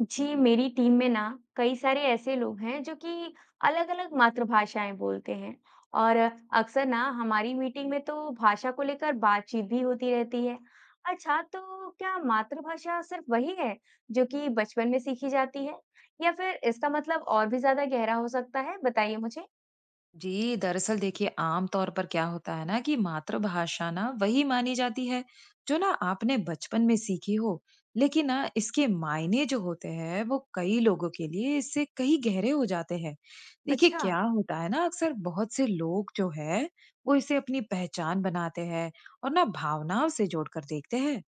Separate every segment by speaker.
Speaker 1: जी, मेरी टीम में ना कई सारे ऐसे लोग हैं जो कि अलग-अलग मातृभाषाएं बोलते हैं और अक्सर ना हमारी मीटिंग में तो भाषा को लेकर बातचीत भी होती रहती है। अच्छा, तो क्या मातृभाषा सिर्फ वही है जो कि बचपन में सीखी जाती है या फिर इसका मतलब और भी ज्यादा गहरा हो सकता है? बताइए मुझे।
Speaker 2: जी, दरअसल देखिए आम तौर पर क्या होता है ना कि मातृभाषा ना वही मानी जाती है जो ना आपने बचपन में सीखी हो, लेकिन ना इसके मायने जो होते हैं वो कई लोगों के लिए इससे कहीं गहरे हो जाते हैं। देखिए
Speaker 1: अच्छा।
Speaker 2: क्या होता है ना अक्सर बहुत से लोग जो है वो इसे अपनी पहचान बनाते हैं और ना भावनाओं से जोड़कर देखते हैं।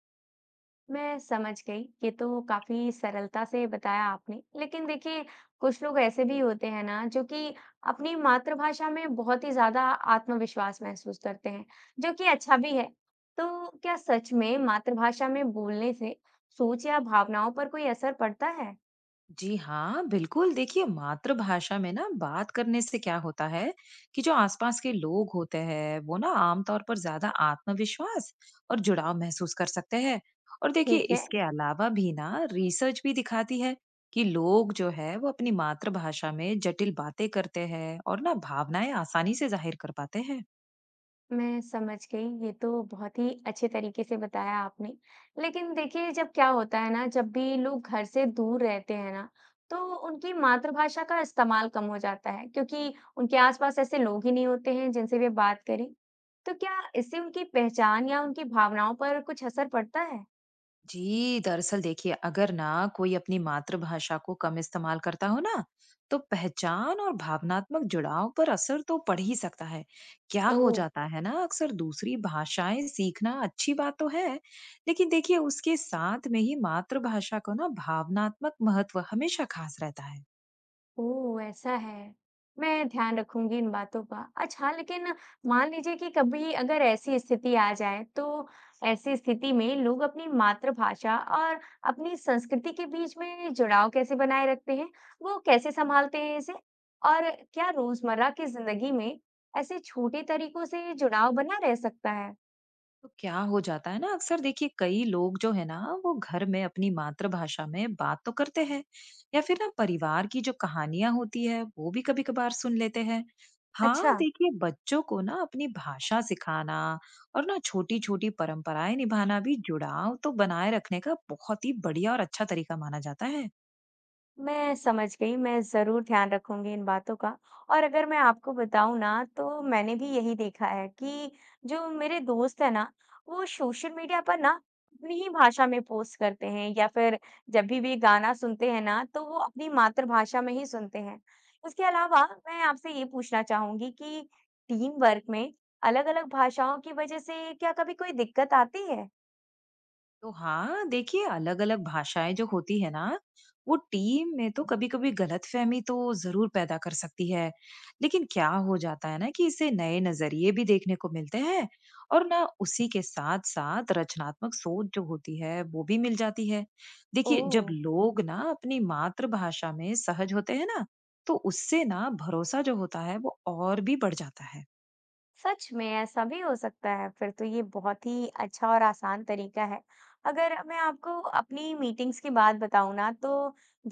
Speaker 1: मैं समझ गई। ये तो काफ़ी सरलता से बताया आपने। लेकिन देखिए, कुछ लोग ऐसे भी होते हैं ना, जो कि अपनी मातृभाषा में बहुत ही ज़्यादा आत्मविश्वास महसूस करते हैं, जो कि अच्छा भी है। तो क्या सच में मातृभाषा में बोलने से सोच या भावनाओं पर कोई असर पड़ता है?
Speaker 2: जी हाँ, बिल्कुल। देखिए, मातृभाषा में ना बात करने से क्या होता है कि जो आसपास के लोग होते हैं, वो ना आमतौर पर ज़्यादा आत्मविश्वास और जुड़ाव महसूस कर सकते हैं। और देखिए,
Speaker 1: ठीक है।
Speaker 2: इसके अलावा भी ना रिसर्च भी दिखाती है कि लोग जो है वो अपनी मातृभाषा में जटिल बातें करते हैं और ना भावनाएं आसानी से जाहिर कर पाते हैं।
Speaker 1: मैं समझ गई, ये तो बहुत ही अच्छे तरीके से बताया आपने। लेकिन देखिए, जब क्या होता है ना, जब भी लोग घर से दूर रहते हैं ना, तो उनकी मातृभाषा का इस्तेमाल कम हो जाता है क्योंकि उनके आसपास ऐसे लोग ही नहीं होते हैं जिनसे वे बात करें। तो क्या इससे उनकी पहचान या उनकी भावनाओं पर कुछ असर पड़ता है?
Speaker 2: जी दरअसल देखिए अगर ना कोई अपनी मातृभाषा को कम इस्तेमाल करता हो ना, तो पहचान और भावनात्मक जुड़ाव पर असर तो पड़ ही सकता है। क्या हो
Speaker 1: ओह!
Speaker 2: जाता है ना अक्सर दूसरी भाषाएं सीखना अच्छी बात तो है, लेकिन देखिए उसके साथ में ही मातृभाषा को ना भावनात्मक महत्व हमेशा खास रहता है।
Speaker 1: ओह! ऐसा है। मैं ध्यान रखूँगी इन बातों का। अच्छा, लेकिन मान लीजिए कि कभी अगर ऐसी स्थिति आ जाए, तो ऐसी स्थिति में लोग अपनी मातृभाषा और अपनी संस्कृति के बीच में जुड़ाव कैसे बनाए रखते हैं? वो कैसे सँभालते हैं इसे? और क्या रोज़मर्रा की ज़िंदगी में ऐसे छोटे तरीकों से जुड़ाव बना रह सकता है?
Speaker 2: तो क्या हो जाता है ना अक्सर देखिए कई लोग जो है ना वो घर में अपनी मातृभाषा में बात तो करते हैं या फिर ना परिवार की जो कहानियां होती है वो भी कभी कभार सुन लेते हैं। हाँ
Speaker 1: अच्छा।
Speaker 2: देखिए बच्चों को ना अपनी भाषा सिखाना और ना छोटी छोटी परंपराएं निभाना भी जुड़ाव तो बनाए रखने का बहुत ही बढ़िया और अच्छा तरीका माना जाता है।
Speaker 1: मैं समझ गई, मैं ज़रूर ध्यान रखूँगी इन बातों का। और अगर मैं आपको बताऊँ ना, तो मैंने भी यही देखा है कि जो मेरे दोस्त हैं ना, वो सोशल मीडिया पर ना अपनी ही भाषा में पोस्ट करते हैं या फिर जब भी वे गाना सुनते हैं ना, तो वो अपनी मातृभाषा में ही सुनते हैं। इसके अलावा मैं आपसे ये पूछना चाहूँगी कि टीम वर्क में अलग-अलग भाषाओं की वजह से क्या कभी कोई दिक्कत आती है?
Speaker 2: तो हाँ देखिए अलग अलग भाषाएं जो होती है ना वो टीम में तो कभी कभी गलतफहमी तो जरूर पैदा कर सकती है, लेकिन क्या हो जाता है ना कि इससे नए नजरिए भी देखने को मिलते हैं और ना उसी के साथ साथ रचनात्मक सोच जो होती है वो भी मिल जाती है। देखिए
Speaker 1: ओह!
Speaker 2: जब लोग ना अपनी मातृभाषा में सहज होते हैं ना तो उससे ना भरोसा जो होता है वो और भी बढ़ जाता है।
Speaker 1: सच में ऐसा भी हो सकता है, फिर तो ये बहुत ही अच्छा और आसान तरीका है। अगर मैं आपको अपनी मीटिंग्स की बात बताऊं ना, तो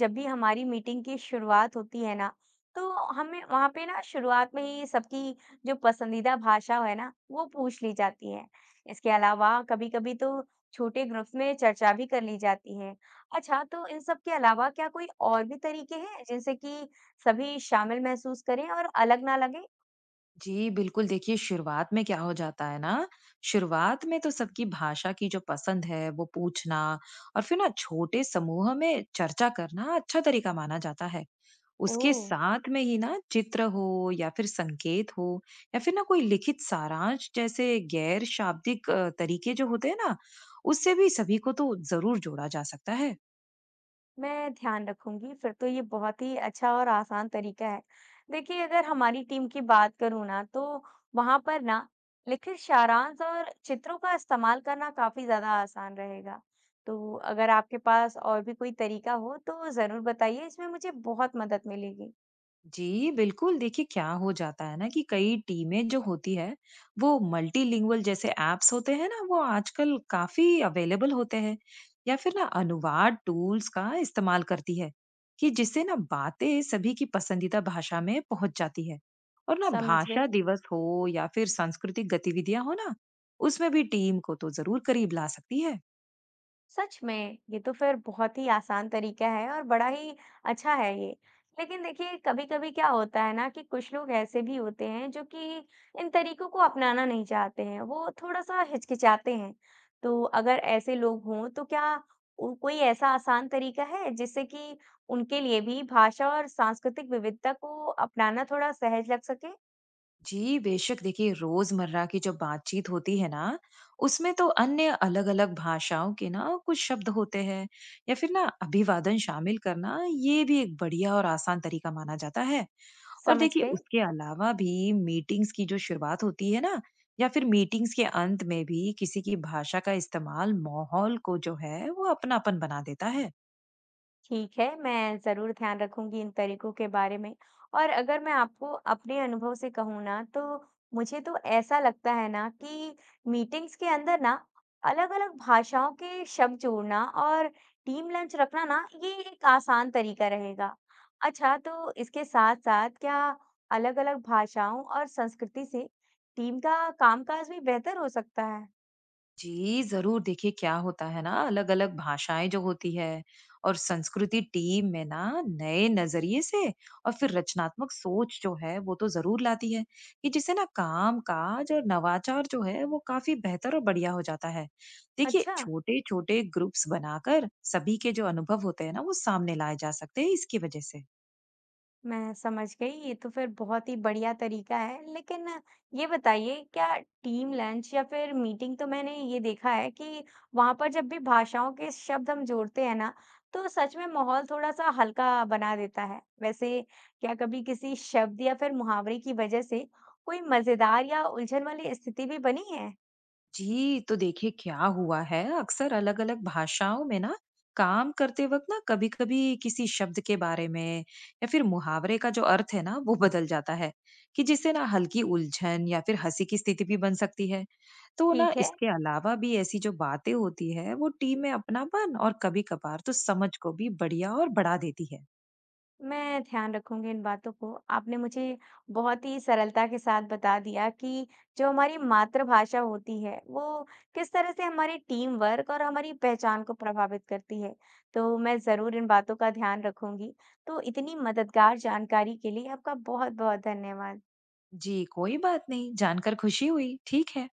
Speaker 1: जब भी हमारी मीटिंग की शुरुआत होती है ना, तो हमें वहाँ पे ना शुरुआत में ही सबकी जो पसंदीदा भाषा है ना, वो पूछ ली जाती है। इसके अलावा कभी कभी तो छोटे ग्रुप्स में चर्चा भी कर ली जाती है। अच्छा, तो इन सब के अलावा क्या कोई और भी तरीके हैं जिनसे कि सभी शामिल महसूस करें और अलग ना लगे?
Speaker 2: जी बिल्कुल। देखिए शुरुआत में क्या हो जाता है ना, शुरुआत में तो सबकी भाषा की जो पसंद है वो पूछना और फिर ना छोटे समूह में चर्चा करना अच्छा तरीका माना जाता है।
Speaker 1: ओ।
Speaker 2: उसके साथ में ही ना चित्र हो या फिर संकेत हो या फिर ना कोई लिखित सारांश जैसे गैर शाब्दिक तरीके जो होते हैं ना उससे भी सभी को तो जरूर जोड़ा जा सकता है।
Speaker 1: मैं ध्यान रखूंगी, फिर तो ये बहुत ही अच्छा और आसान तरीका है। देखिए, अगर हमारी टीम की बात करूँ ना, तो वहां पर ना लिखित सारांश और चित्रों का इस्तेमाल करना काफी ज्यादा आसान रहेगा। तो अगर आपके पास और भी कोई तरीका हो तो जरूर बताइए, इसमें मुझे बहुत मदद मिलेगी।
Speaker 2: जी बिल्कुल। देखिए क्या हो जाता है ना कि कई टीमें जो होती है वो मल्टीलिंगुअल जैसे एप्स होते हैं ना वो आजकल काफी अवेलेबल होते हैं या फिर ना अनुवाद टूल्स का इस्तेमाल करती है कि जिससे ना बातें सभी की पसंदीदा भाषा में पहुंच जाती है। और ना
Speaker 1: समझ गई।
Speaker 2: भाषा दिवस हो या फिर सांस्कृतिक गतिविधियां हो ना उसमें भी टीम को तो जरूर करीब ला सकती है।
Speaker 1: सच में ये तो फिर बहुत ही आसान तरीका है और बड़ा ही अच्छा है ये। लेकिन देखिए, कभी कभी क्या होता है ना कि कुछ लोग ऐसे भी होते हैं जो कि इन तरीकों को अपनाना नहीं चाहते हैं, वो थोड़ा सा हिचकिचाते हैं। तो अगर ऐसे लोग हों, तो क्या कोई ऐसा आसान तरीका है जिससे कि उनके लिए भी भाषा और सांस्कृतिक विविधता को अपनाना थोड़ा सहज लग सके?
Speaker 2: जी बेशक। देखिए रोजमर्रा की जो बातचीत होती है ना उसमें तो अन्य अलग अलग भाषाओं के ना कुछ शब्द होते हैं या फिर ना अभिवादन शामिल करना ये भी एक बढ़िया और आसान तरीका माना जाता है। और
Speaker 1: समझ
Speaker 2: देखिए
Speaker 1: गई।
Speaker 2: उसके अलावा भी मीटिंग्स की जो शुरुआत होती है ना या फिर मीटिंग्स के अंत में भी किसी की भाषा का इस्तेमाल माहौल को जो है वो अपनापन बना देता है।
Speaker 1: ठीक है, मैं ज़रूर ध्यान रखूंगी इन तरीकों के बारे में। और अगर मैं आपको अपने अनुभव से कहूँ ना, तो मुझे तो ऐसा लगता है ना कि मीटिंग्स के अंदर ना अलग-अलग भाषाओं के शब्द जोड़ना और टीम लंच रखना ना, ये एक आसान तरीका रहेगा। अच्छा, तो इसके साथ-साथ क्या अलग-अलग भाषाओं और संस्कृति से टीम का कामकाज भी बेहतर हो सकता है?
Speaker 2: जी, ज़रूर। देखिए क्या होता है ना अलग-अलग भाषाएँ जो होती है और संस्कृति टीम में ना नए नज़रिए से और फिर रचनात्मक सोच जो है वो तो ज़रूर लाती है, कि जिससे ना काम-काज और नवाचार जो है वो काफ़ी बेहतर और बढ़िया हो जाता है। देखिए
Speaker 1: अच्छा।
Speaker 2: छोटे-छोटे ग्रुप्स बनाकर सभी के जो अनुभव होते हैं ना वो सामने लाए जा सकते हैं इसकी वज़ह से।
Speaker 1: मैं समझ गई। ये तो फिर बहुत ही बढ़िया तरीका है। लेकिन ये बताइए, क्या टीम लंच या फिर मीटिंग, तो मैंने ये देखा है कि वहाँ पर जब भी भाषाओं के शब्द हम जोड़ते हैं ना, तो सच में माहौल थोड़ा-सा हल्का बना देता है। वैसे क्या कभी किसी शब्द या फिर मुहावरे की वजह से कोई मज़ेदार या उलझन वाली स्थिति भी बनी है?
Speaker 2: जी तो देखिए क्या हुआ है अक्सर अलग अलग भाषाओं में ना काम करते वक्त ना कभी कभी किसी शब्द के बारे में या फिर मुहावरे का जो अर्थ है ना वो बदल जाता है कि जिससे ना हल्की उलझन या फिर हंसी की स्थिति भी बन सकती है। तो ना
Speaker 1: ठीक है।
Speaker 2: इसके अलावा भी ऐसी जो बातें होती है वो टीम में अपनापन और कभी कभार तो समझ को भी बढ़िया और बढ़ा देती है।
Speaker 1: मैं ध्यान रखूँगी इन बातों को। आपने मुझे बहुत ही सरलता के साथ बता दिया कि जो हमारी मातृभाषा होती है, वो किस तरह से हमारी टीम वर्क और हमारी पहचान को प्रभावित करती है। तो मैं ज़रूर इन बातों का ध्यान रखूँगी। तो इतनी मददगार जानकारी के लिए आपका बहुत-बहुत धन्यवाद।
Speaker 2: जी कोई बात नहीं। जानकर खुशी हुई। ठीक है।